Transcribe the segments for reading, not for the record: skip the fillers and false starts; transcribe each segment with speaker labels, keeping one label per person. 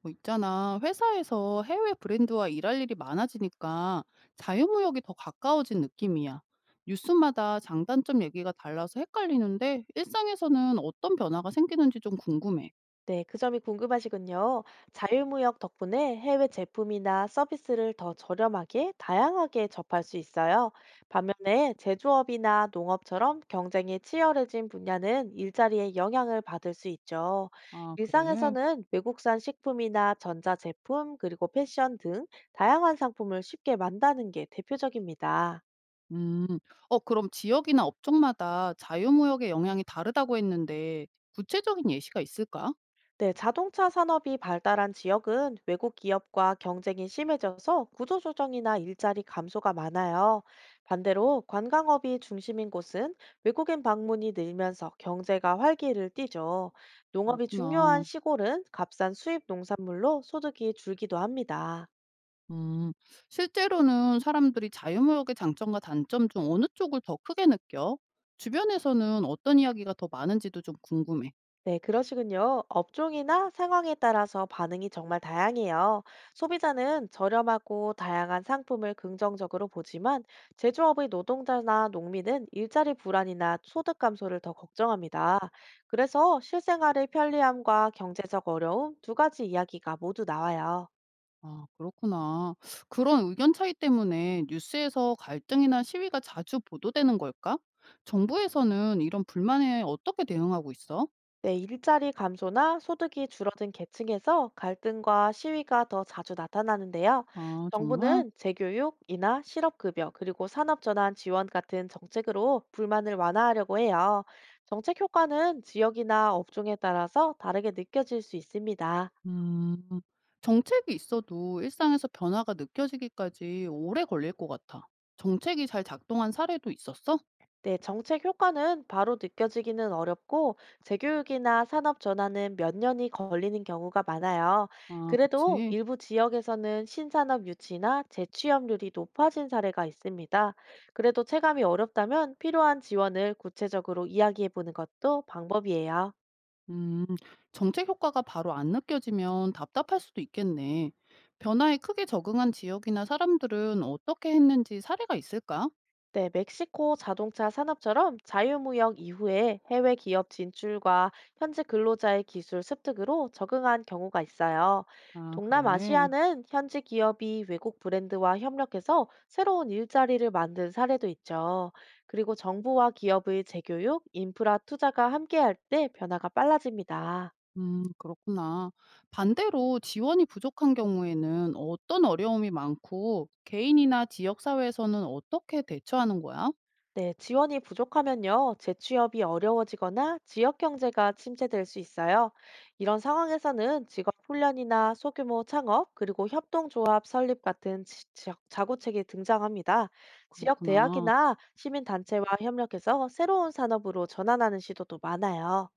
Speaker 1: 뭐 있잖아. 회사에서 해외 브랜드와 일할 일이 많아지니까 자유무역이 더 가까워진 느낌이야. 뉴스마다 장단점 얘기가 달라서 헷갈리는데 일상에서는 어떤 변화가 생기는지 좀 궁금해.
Speaker 2: 네, 그 점이 궁금하시군요. 자유무역 덕분에 해외 제품이나 서비스를 더 저렴하게, 다양하게 접할 수 있어요. 반면에 제조업이나 농업처럼 경쟁이 치열해진 분야는 일자리에 영향을 받을 수 있죠.
Speaker 1: 아, 그래?
Speaker 2: 일상에서는 외국산 식품이나 전자제품, 그리고 패션 등 다양한 상품을 쉽게 만다는 게 대표적입니다.
Speaker 1: 음. 그럼 지역이나 업종마다 자유무역의 영향이 다르다고 했는데 구체적인 예시가 있을까?
Speaker 2: 네, 자동차 산업이 발달한 지역은 외국 기업과 경쟁이 심해져서 구조조정이나 일자리 감소가 많아요. 반대로 관광업이 중심인 곳은 외국인 방문이 늘면서 경제가 활기를 띠죠. 농업이 중요한
Speaker 1: 그렇구나.
Speaker 2: 시골은 값싼 수입 농산물로 소득이 줄기도 합니다.
Speaker 1: 음. 실제로는 사람들이 자유무역의 장점과 단점 중 어느 쪽을 더 크게 느껴? 주변에서는 어떤 이야기가 더 많은지도 좀 궁금해.
Speaker 2: 네, 그러시군요. 업종이나 상황에 따라서 반응이 정말 다양해요. 소비자는 저렴하고 다양한 상품을 긍정적으로 보지만 제조업의 노동자나 농민은 일자리 불안이나 소득 감소를 더 걱정합니다. 그래서 실생활의 편리함과 경제적 어려움 두 가지 이야기가 모두 나와요.
Speaker 1: 아, 그렇구나. 그런 의견 차이 때문에 뉴스에서 갈등이나 시위가 자주 보도되는 걸까? 정부에서는 이런 불만에 어떻게 대응하고 있어?
Speaker 2: 네, 일자리 감소나 소득이 줄어든 계층에서 갈등과 시위가 더 자주 나타나는데요.
Speaker 1: 아, 정말?
Speaker 2: 정부는 재교육, 이나 실업급여, 그리고 산업전환 지원 같은 정책으로 불만을 완화하려고 해요. 정책 효과는 지역이나 업종에 따라서 다르게 느껴질 수 있습니다.
Speaker 1: 음. 정책이 있어도 일상에서 변화가 느껴지기까지 오래 걸릴 것 같아. 정책이 잘 작동한 사례도 있었어?
Speaker 2: 네, 정책 효과는 바로 느껴지기는 어렵고 재교육이나 산업 전환은 몇 년이 걸리는 경우가 많아요.
Speaker 1: 아,
Speaker 2: 그래도
Speaker 1: 그치.
Speaker 2: 일부 지역에서는 신산업 유치나 재취업률이 높아진 사례가 있습니다. 그래도 체감이 어렵다면 필요한 지원을 구체적으로 이야기해 보는 것도 방법이에요.
Speaker 1: 음, 정책 효과가 바로 안 느껴지면 답답할 수도 있겠네. 변화에 크게 적응한 지역이나 사람들은 어떻게 했는지 사례가 있을까?
Speaker 2: 네, 멕시코 자동차 산업처럼 자유무역 이후에 해외 기업 진출과 현지 근로자의 기술 습득으로 적응한 경우가 있어요.
Speaker 1: 아, 그래.
Speaker 2: 동남아시아는 현지 기업이 외국 브랜드와 협력해서 새로운 일자리를 만든 사례도 있죠. 그리고 정부와 기업의 재교육, 인프라 투자가 함께할 때 변화가 빨라집니다.
Speaker 1: 그렇구나. 반대로 지원이 부족한 경우에는 어떤 어려움이 많고 개인이나 지역 사회에서는 어떻게 대처하는 거야?
Speaker 2: 네, 지원이 부족하면요, 재취업이 어려워지거나 지역 경제가 침체될 수 있어요. 이런 상황에서는 직업 훈련이나 소규모 창업, 그리고 협동조합 설립 같은 지역 자구책이 등장합니다. 지역
Speaker 1: 그렇구나.
Speaker 2: 대학이나 시민단체와 협력해서 새로운 산업으로 전환하는 시도도 많아요.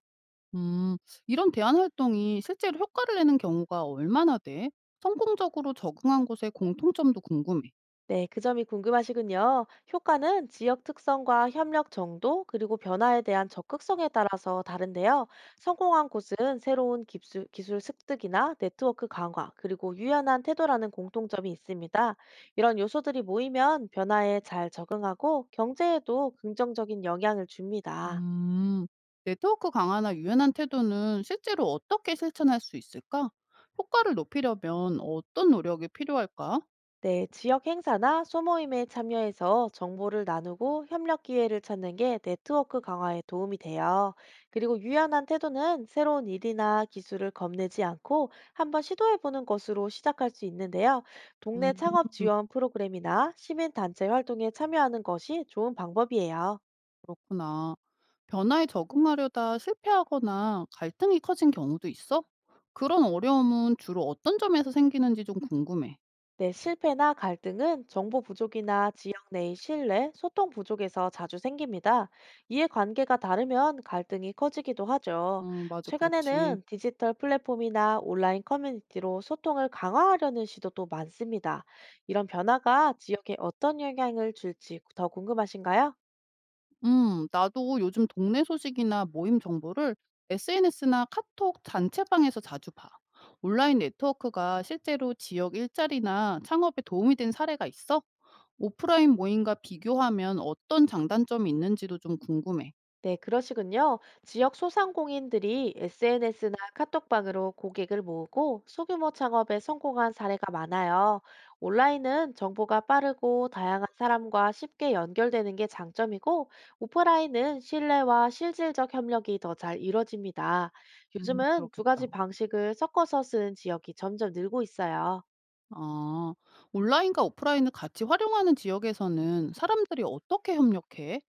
Speaker 1: 음, 이런 대안 활동이 실제로 효과를 내는 경우가 얼마나 돼? 성공적으로 적응한 곳의 공통점도 궁금해.
Speaker 2: 네, 그 점이 궁금하시군요. 효과는 지역 특성과 협력 정도, 그리고 변화에 대한 적극성에 따라서 다른데요. 성공한 곳은 새로운 기술 습득이나 네트워크 강화, 그리고 유연한 태도라는 공통점이 있습니다. 이런 요소들이 모이면 변화에 잘 적응하고 경제에도 긍정적인 영향을 줍니다.
Speaker 1: 음, 네트워크 강화나 유연한 태도는 실제로 어떻게 실천할 수 있을까? 효과를 높이려면 어떤 노력이 필요할까?
Speaker 2: 네, 지역 행사나 소모임에 참여해서 정보를 나누고 협력 기회를 찾는 게 네트워크 강화에 도움이 돼요. 그리고 유연한 태도는 새로운 일이나 기술을 겁내지 않고 한번 시도해보는 것으로 시작할 수 있는데요. 동네
Speaker 1: 음,
Speaker 2: 창업 지원 프로그램이나 시민단체 활동에 참여하는 것이 좋은 방법이에요.
Speaker 1: 그렇구나. 변화에 적응하려다 실패하거나 갈등이 커진 경우도 있어? 그런 어려움은 주로 어떤 점에서 생기는지 좀 궁금해.
Speaker 2: 네, 실패나 갈등은 정보 부족이나 지역 내의 신뢰, 소통 부족에서 자주 생깁니다. 이해관계가 다르면 갈등이 커지기도 하죠.
Speaker 1: 맞아, 그렇지.
Speaker 2: 최근에는 디지털 플랫폼이나 온라인 커뮤니티로 소통을 강화하려는 시도도 많습니다. 이런 변화가 지역에 어떤 영향을 줄지 더 궁금하신가요?
Speaker 1: 나도 요즘 동네 소식이나 모임 정보를 SNS나 카톡 단체방에서 자주 봐. 온라인 네트워크가 실제로 지역 일자리나 창업에 도움이 된 사례가 있어? 오프라인 모임과 비교하면 어떤 장단점이 있는지도 좀 궁금해.
Speaker 2: 네, 그러시군요. 지역 소상공인들이 SNS나 카톡방으로 고객을 모으고 소규모 창업에 성공한 사례가 많아요. 온라인은 정보가 빠르고 다양한 사람과 쉽게 연결되는 게 장점이고, 오프라인은 신뢰와 실질적 협력이 더 잘 이뤄집니다. 요즘은 두 가지
Speaker 1: 그렇겠다.
Speaker 2: 방식을 섞어서 쓰는 지역이 점점 늘고 있어요.
Speaker 1: 아, 온라인과 오프라인을 같이 활용하는 지역에서는 사람들이 어떻게 협력해?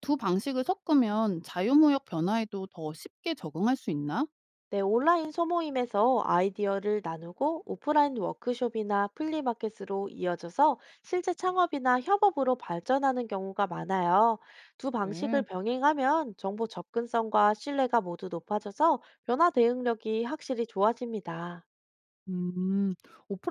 Speaker 1: 두 방식을 섞으면 자유무역 변화에도 더 쉽게 적응할 수 있나?
Speaker 2: 네, 온라인 소모임에서 아이디어를 나누고 오프라인 워크숍이나 플리마켓으로 이어져서 실제 창업이나 협업으로 발전하는 경우가 많아요. 두 방식을
Speaker 1: 그래.
Speaker 2: 병행하면 정보 접근성과 신뢰가 모두 높아져서 변화 대응력이 확실히 좋아집니다.
Speaker 1: 음,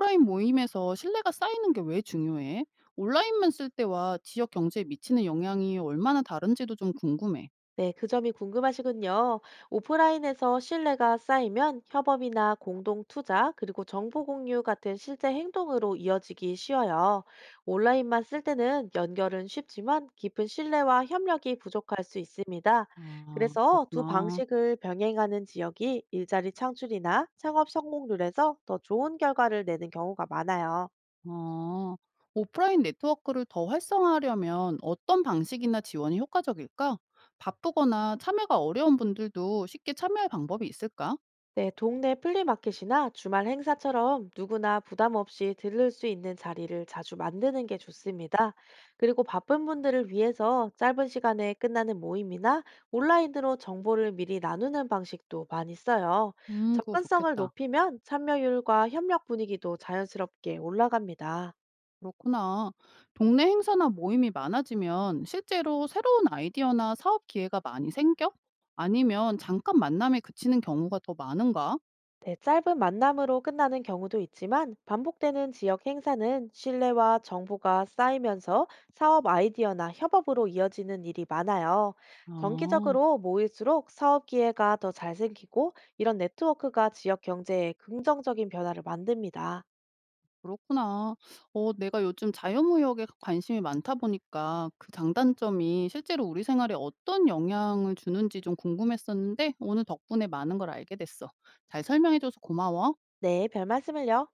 Speaker 1: 오프라인 모임에서 신뢰가 쌓이는 게 왜 중요해? 온라인만 쓸 때와 지역 경제에 미치는 영향이 얼마나 다른지도 좀 궁금해.
Speaker 2: 네, 그 점이 궁금하시군요. 오프라인에서 신뢰가 쌓이면 협업이나 공동 투자, 그리고 정보 공유 같은 실제 행동으로 이어지기 쉬워요. 온라인만 쓸 때는 연결은 쉽지만 깊은 신뢰와 협력이 부족할 수 있습니다.
Speaker 1: 아,
Speaker 2: 그래서 두
Speaker 1: 그렇구나.
Speaker 2: 방식을 병행하는 지역이 일자리 창출이나 창업 성공률에서 더 좋은 결과를 내는 경우가 많아요.
Speaker 1: 아, 오프라인 네트워크를 더 활성화하려면 어떤 방식이나 지원이 효과적일까? 바쁘거나 참여가 어려운 분들도 쉽게 참여할 방법이 있을까?
Speaker 2: 네, 동네 플리마켓이나 주말 행사처럼 누구나 부담 없이 들를 수 있는 자리를 자주 만드는 게 좋습니다. 그리고 바쁜 분들을 위해서 짧은 시간에 끝나는 모임이나 온라인으로 정보를 미리 나누는 방식도 많이 써요.
Speaker 1: 그거
Speaker 2: 접근성을
Speaker 1: 좋겠다.
Speaker 2: 높이면 참여율과 협력 분위기도 자연스럽게 올라갑니다.
Speaker 1: 그렇구나. 동네 행사나 모임이 많아지면 실제로 새로운 아이디어나 사업 기회가 많이 생겨? 아니면 잠깐 만남에 그치는 경우가 더 많은가?
Speaker 2: 네, 짧은 만남으로 끝나는 경우도 있지만 반복되는 지역 행사는 신뢰와 정보가 쌓이면서 사업 아이디어나 협업으로 이어지는 일이 많아요.
Speaker 1: 아,
Speaker 2: 정기적으로 모일수록 사업 기회가 더 잘 생기고 이런 네트워크가 지역 경제에 긍정적인 변화를 만듭니다.
Speaker 1: 그렇구나. 내가 요즘 자유무역에 관심이 많다 보니까 그 장단점이 실제로 우리 생활에 어떤 영향을 주는지 좀 궁금했었는데 오늘 덕분에 많은 걸 알게 됐어. 잘 설명해줘서 고마워.
Speaker 2: 네, 별 말씀을요.